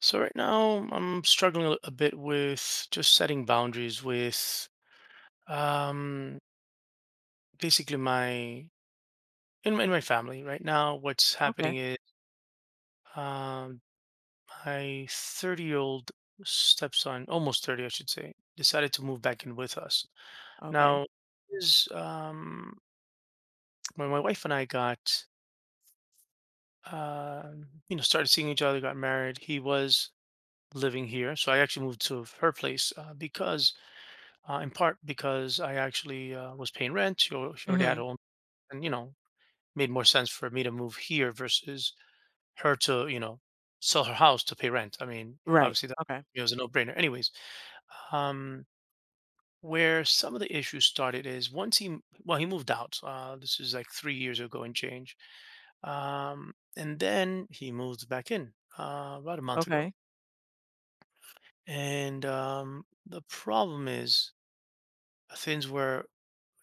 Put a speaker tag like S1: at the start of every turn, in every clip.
S1: So right now I'm struggling a bit with just setting boundaries with um basically my family. Right now what's
S2: Okay.
S1: happening is um my 30-year-old stepson, almost 30 I should say, decided to move back in with us.
S2: Okay.
S1: Now is when my wife and I got uh, you know started seeing each other, got married, he was living here. So I actually moved to her place because in part because I actually was paying rent. She already had
S2: Mhm.
S1: a home, and you know, made more sense for me to move here versus her to sell her house to pay rent. I mean,
S2: Right.
S1: obviously that
S2: Okay.
S1: was a no-brainer. Anyways, um, where some of the issues started is once well he moved out. This is like 3 years ago and change, um, and then he moved back in about a month ago.
S2: Okay.
S1: And the problem is things were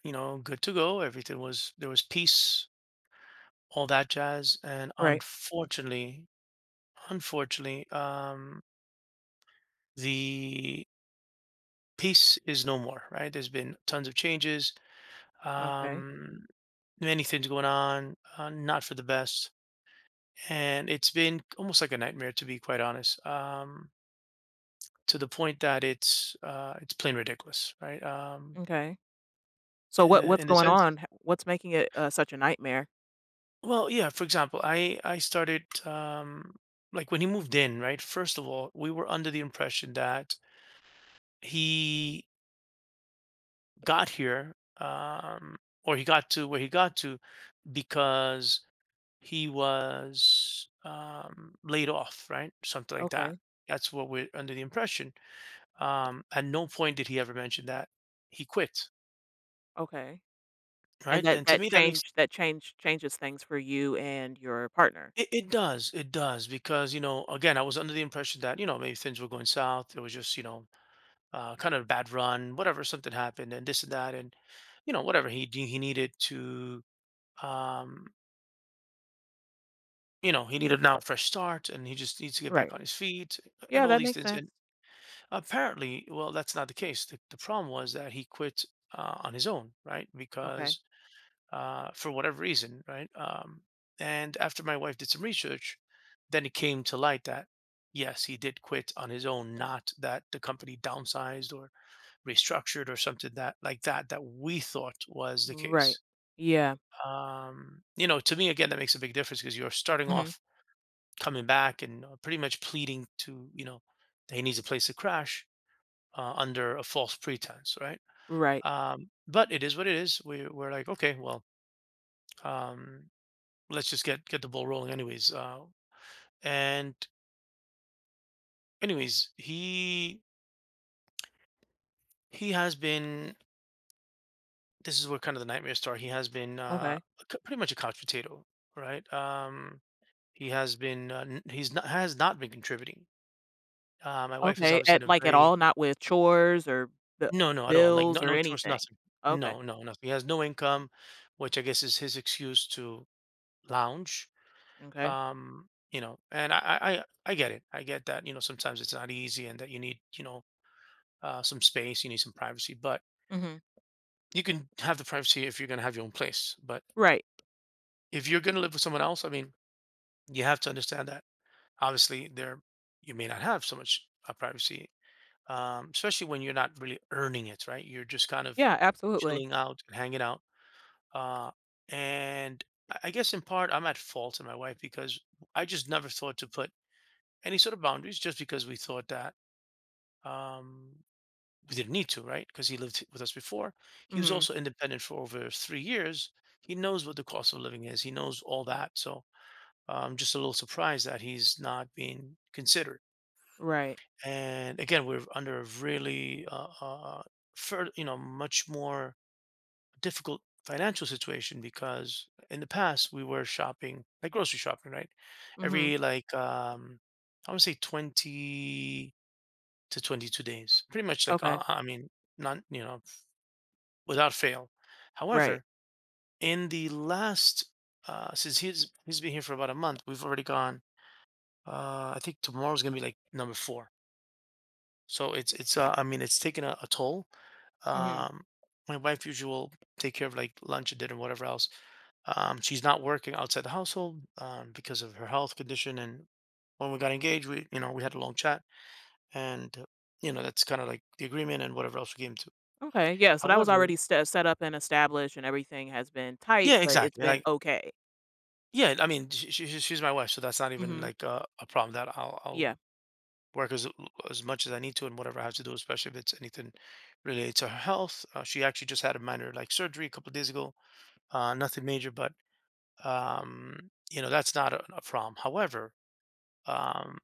S1: good to go, everything was, there was peace, all that jazz. And
S2: Right.
S1: unfortunately, the piece is no more, right? There's been tons of changes,
S2: Okay.
S1: um, many things going on, not for the best. And it's been almost like a nightmare, to be quite honest, to the point that it's plain ridiculous, right?
S2: Okay. So what what's
S1: In the
S2: going
S1: sense,
S2: on? What's making it such a nightmare?
S1: well, yeah. For example, I started like when he moved in, right? First of all, we were under the impression that he got here, um, or he got to where he got to because he was laid off, right? Something like that.
S2: Okay.
S1: That's what we're under the impression. At no point did he ever mention that he quit,
S2: Okay. And
S1: right?
S2: that
S1: And to
S2: that
S1: me, that makes
S2: change that change changes things for you and your partner.
S1: it. It does, it does, because you know, again, I was under the impression that you know maybe things were going south. It was just kind of a bad run, whatever. Something happened, and this and that, and you know whatever he needed to um you know, he needed now a fresh start and he just needs to get back
S2: Right.
S1: on his feet
S2: Yeah,
S1: and all
S2: that
S1: these
S2: makes
S1: things. And
S2: sense.
S1: apparently, well, that's not the case. The problem was that he quit on his own, right?
S2: Okay.
S1: Because for whatever reason, right? And after my wife did some research, then it came to light that yes, he did quit on his own, not that the company downsized or restructured or something that like that that we thought was the
S2: Right.
S1: case.
S2: Yeah.
S1: You know, to me again, that makes a big difference because you're starting
S2: Mhm.
S1: off coming back and pretty much pleading to you know that he needs a place to crash under a false pretense, right?
S2: Right.
S1: But it is what it is. We're like, okay, well, um, let's just get the ball rolling, anyways. And anyways, he he has been. This is where kind of the nightmare star. He has been
S2: Okay.
S1: pretty much a couch potato, right? He's not been contributing. My wife is
S2: Okay,
S1: obviously
S2: at
S1: in a
S2: like at
S1: very—
S2: all, not with chores or the
S1: no, no, at all. Like
S2: bills
S1: no,
S2: or
S1: no chores,
S2: anything.
S1: nothing.
S2: Okay.
S1: No, no, nothing. He has no income, which I guess is his excuse to lounge.
S2: Okay.
S1: You know, and I get it. I get that. You know, sometimes it's not easy, and that you need, you know, some space. You need some privacy, but
S2: Mhm.
S1: you can have the privacy if you're gonna have your own place. But
S2: Right.
S1: if you're gonna live with someone else, I mean, you have to understand that. Obviously, there— you may not have so much privacy, especially when you're not really earning it, right? You're just kind of
S2: Yeah, absolutely.
S1: chilling out and hanging out. Uh, and I guess in part, I'm at fault in my wife because I just never thought to put any sort of boundaries just because we thought that um, we didn't need to, right? Because he lived with us before. He was
S2: Mhm.
S1: also independent for over 3 years. He knows what the cost of living is, he knows all that. So I'm just a little surprised that he's not being considered.
S2: Right.
S1: And again, we're under a really, you know, much more difficult financial situation because in the past we were shopping, like grocery shopping, right,
S2: Mhm.
S1: every I would say 20 to 22 days, pretty much,
S2: Okay,
S1: I mean, not you know, without fail.
S2: right.
S1: However, in the last since he's been here for about a month, we've already gone I think tomorrow's gonna be like number four. So it's I mean it's taken a toll.
S2: Mhm.
S1: Um, my wife usually will take care of like lunch and dinner, whatever else. She's not working outside the household because of her health condition. And when we got engaged, we you know we had a long chat, and you know that's kind of like the agreement and whatever else we came to.
S2: Okay, yeah, so that was
S1: However,
S2: already ste set up and established, and everything has been tight,
S1: yeah,
S2: but it's
S1: exactly.
S2: been
S1: Like
S2: okay.
S1: yeah, I mean she's my wife, so that's not even
S2: Mhm.
S1: like a problem that I'll
S2: Yeah,
S1: work as much as I need to and whatever I have to do, especially if it's anything related to her health. She actually just had a minor like surgery a couple of days ago, nothing major, but you know that's not a problem. However, um,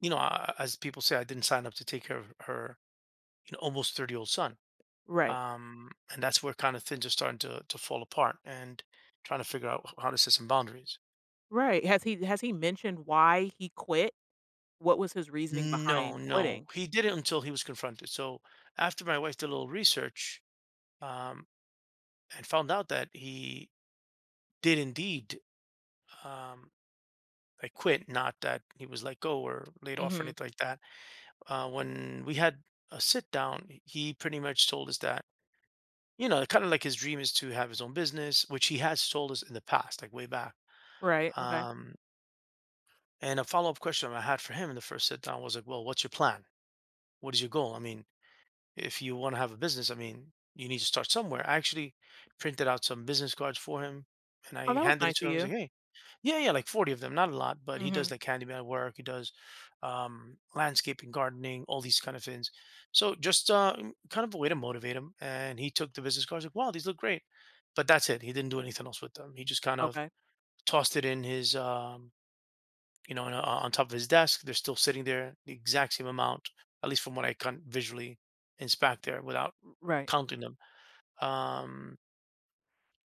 S1: you know, as people say, I didn't sign up to take care of her, you know, almost 30 year old son,
S2: right,
S1: and that's where kind of things are starting to fall apart and trying to figure out how to set some boundaries.
S2: right. Has he mentioned why he quit? What was his reasoning
S1: No,
S2: behind
S1: no,
S2: quitting?
S1: he did it until he was confronted. So after my wife did a little research, um, and found out that he did indeed um like quit, not that he was let go or laid off or
S2: Mhm.
S1: anything like that. When we had a sit down he pretty much told us that you know kind of like his dream is to have his own business, which he has told us in the past, like way back.
S2: Right, okay.
S1: um and a follow-up question I had for him in the first sit down was like, well, what's your plan, what is your goal? I mean, if you want to have a business, I mean, you need to start somewhere. I actually printed out some business cards for him, and
S2: Oh,
S1: I
S2: that was
S1: handed it
S2: nice
S1: to
S2: of
S1: him. I was
S2: you.
S1: like, hey. Yeah, yeah, like 40 of them, not a lot, but he
S2: Mhm.
S1: does like handyman work, he does landscaping, gardening, all these kind of things. So just kind of a way to motivate him. And he took the business cards like, wow, these look great. But that's it. He didn't do anything else with them. He just kind of
S2: Okay.
S1: tossed it in his you know, on top of his desk. They're still sitting there, the exact same amount, at least from what I can visually inspect there without
S2: R Right,
S1: counting them. Um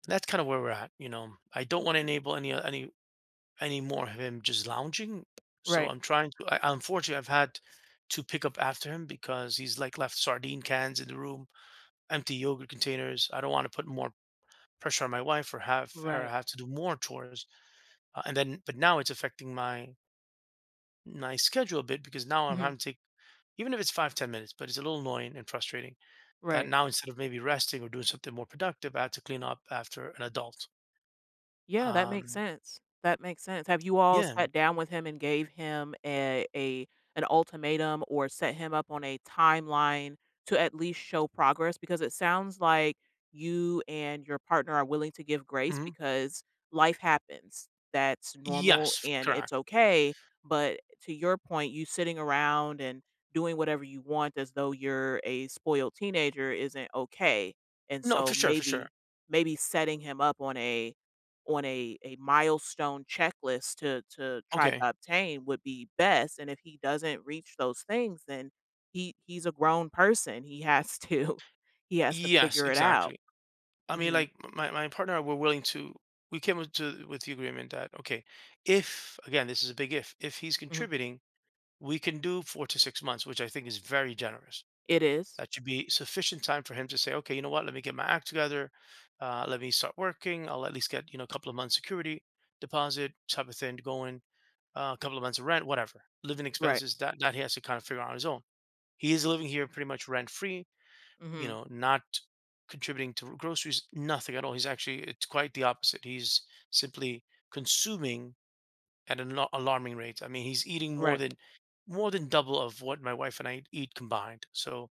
S1: that's kind of where we're at, you know. I don't want to enable any any more of him just lounging. So
S2: right,
S1: I'm trying to. Unfortunately, I've had to pick up after him because he's like left sardine cans in the room, empty yogurt containers. I don't want to put more pressure on my wife or have her
S2: right.
S1: have to do more chores. And then, but now it's affecting my schedule a bit because now I'm
S2: Mhm.
S1: having to take, even if it's 5, 10 minutes, but it's a little annoying and frustrating that
S2: Right.
S1: now instead of maybe resting or doing something more productive, I have to clean up after an adult.
S2: Yeah, that makes
S1: Um,
S2: sense. That makes sense. Have you all
S1: yeah.
S2: sat down with him and gave him a an ultimatum, or set him up on a timeline to at least show progress? Because it sounds like you and your partner are willing to give grace,
S1: Mhm.
S2: because life happens. That's normal,
S1: Yes,
S2: and it's
S1: correct.
S2: okay. But to your point, you sitting around and doing whatever you want as though you're a spoiled teenager isn't okay. And
S1: No,
S2: so
S1: for sure, for sure.
S2: maybe maybe setting him up on a milestone checklist to try to
S1: Okay.
S2: obtain would be best, and if he doesn't reach those things, then he's a grown person, he has to he has to
S1: Yes,
S2: figure it out.
S1: exactly. I mean,
S2: Mhm,
S1: my, my partner, and I were willing to. We came with- to with the agreement that okay, if— again, this is a big if. If he's
S2: mhm.
S1: contributing, we can do 4 to 6 months, which I think is very generous.
S2: It is,
S1: That should be sufficient time for him to say, okay, you know what? Let me get my act together. Let me start working. I'll at least get you know a couple of months security deposit type of thing going. A couple of months of rent, whatever. Living
S2: right,
S1: expenses that that he has to kind of figure out on his own. He is living here pretty much rent free, you
S2: mhm,
S1: know, not contributing to groceries, nothing at all. He's actually, it's quite the opposite. He's simply consuming at an alarming rate. I mean, he's eating
S2: right,
S1: more than double of what my wife and I eat combined. So,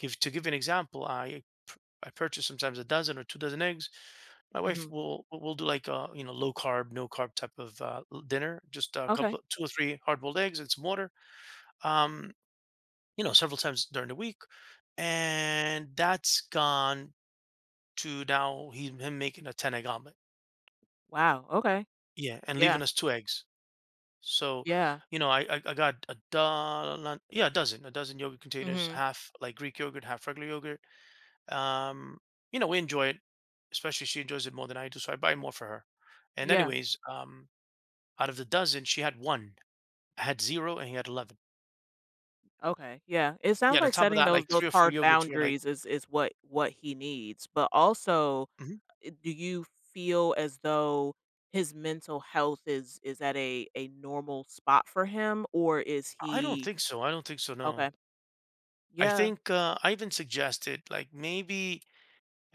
S1: give to give an example, I purchase sometimes a dozen or two dozen eggs. My wife
S2: mhm,
S1: will do like a you know low carb, no carb type of dinner, just a couple,
S2: okay,
S1: two or three hard boiled eggs and some water. Um, you know, several times during the week, and that's gone to now he him making a ten egg omelet.
S2: wow, okay,
S1: Yeah, and
S2: yeah,
S1: leaving us 2 eggs. So,
S2: yeah,
S1: you know, I got a dozen, yeah, a dozen yogurt containers,
S2: mhm,
S1: half like Greek yogurt, half regular yogurt. Um, you know, we enjoy it, especially she enjoys it more than I do, so I buy more for her. And
S2: yeah,
S1: anyways, out of the dozen, she had 1. I had 0 and he had 11.
S2: okay, yeah, it
S1: Yeah,
S2: sounds
S1: and on
S2: like
S1: top of
S2: setting
S1: that, like
S2: those
S1: 3 or 4
S2: hard
S1: yogurts were like—
S2: boundaries is what he needs, but also
S1: mhm.
S2: do you feel as though his mental health is at a normal spot for him, or is
S1: I don't
S2: he
S1: think so, I don't think so, no.
S2: okay,
S1: I
S2: yeah,
S1: think, I even suggested, like, maybe—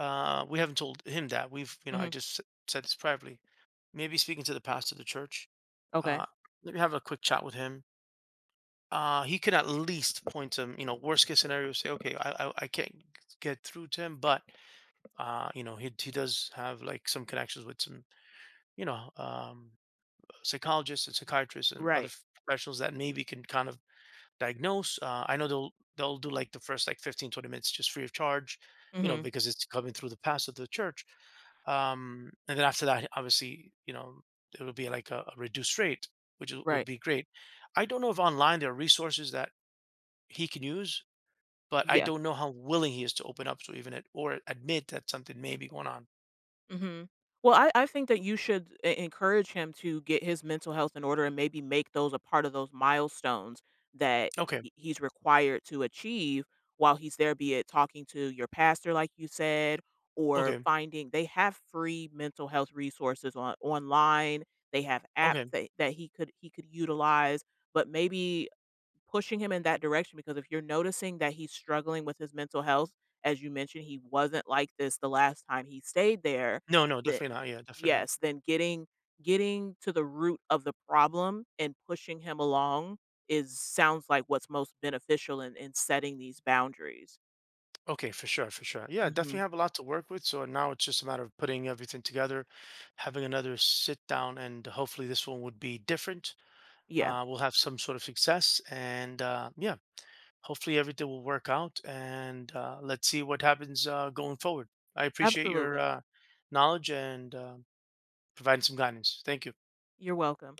S1: We haven't told him that. We've, you know,
S2: mhm,
S1: said this privately. Maybe speaking to the pastor of the church.
S2: okay,
S1: Uh, Let me have a quick chat with him. He could at least point to him, you know, worst case scenario, say, okay, I can't get through to him, but, you know, he does have like some connections with some, you know, psychologists and psychiatrists and other
S2: right,
S1: professionals that maybe can kind of diagnose. I know they'll do like the first like 15, 20 minutes just free of charge, you know,
S2: mhm,
S1: because it's coming through the pastor of the church. And then after that, obviously, you know, it would be like a reduced rate, which would
S2: right,
S1: be great. I don't know if online there are resources that he can use, but I
S2: yeah.
S1: don't know how willing he is to open up to even it or admit that something may be going on.
S2: Mhm. Well, I think that you should e encourage him to get his mental health in order, and maybe make those a part of those milestones that
S1: Okay,
S2: he's required to achieve while he's there, be it talking to your pastor, like you said, or
S1: okay,
S2: finding they have free mental health resources on online. They have apps
S1: okay.
S2: that he could utilize, but maybe pushing him in that direction, because if you're noticing that he's struggling with his mental health, as you mentioned, he wasn't like this the last time he stayed there,
S1: No, no,
S2: then
S1: definitely not. Yeah, definitely not.
S2: yes, then getting to the root of the problem and pushing him along is sounds like what's most beneficial in setting these boundaries.
S1: Okay, for sure, for sure. Yeah,
S2: Hmm.
S1: definitely have a lot to work with. So now it's just a matter of putting everything together, having another sit down, and hopefully this one would be different.
S2: Yeah,
S1: We'll have some sort of success, and yeah, hopefully everything will work out and let's see what happens going forward. I appreciate your
S2: absolutely.
S1: knowledge and providing some guidance. Thank you.
S2: You're welcome.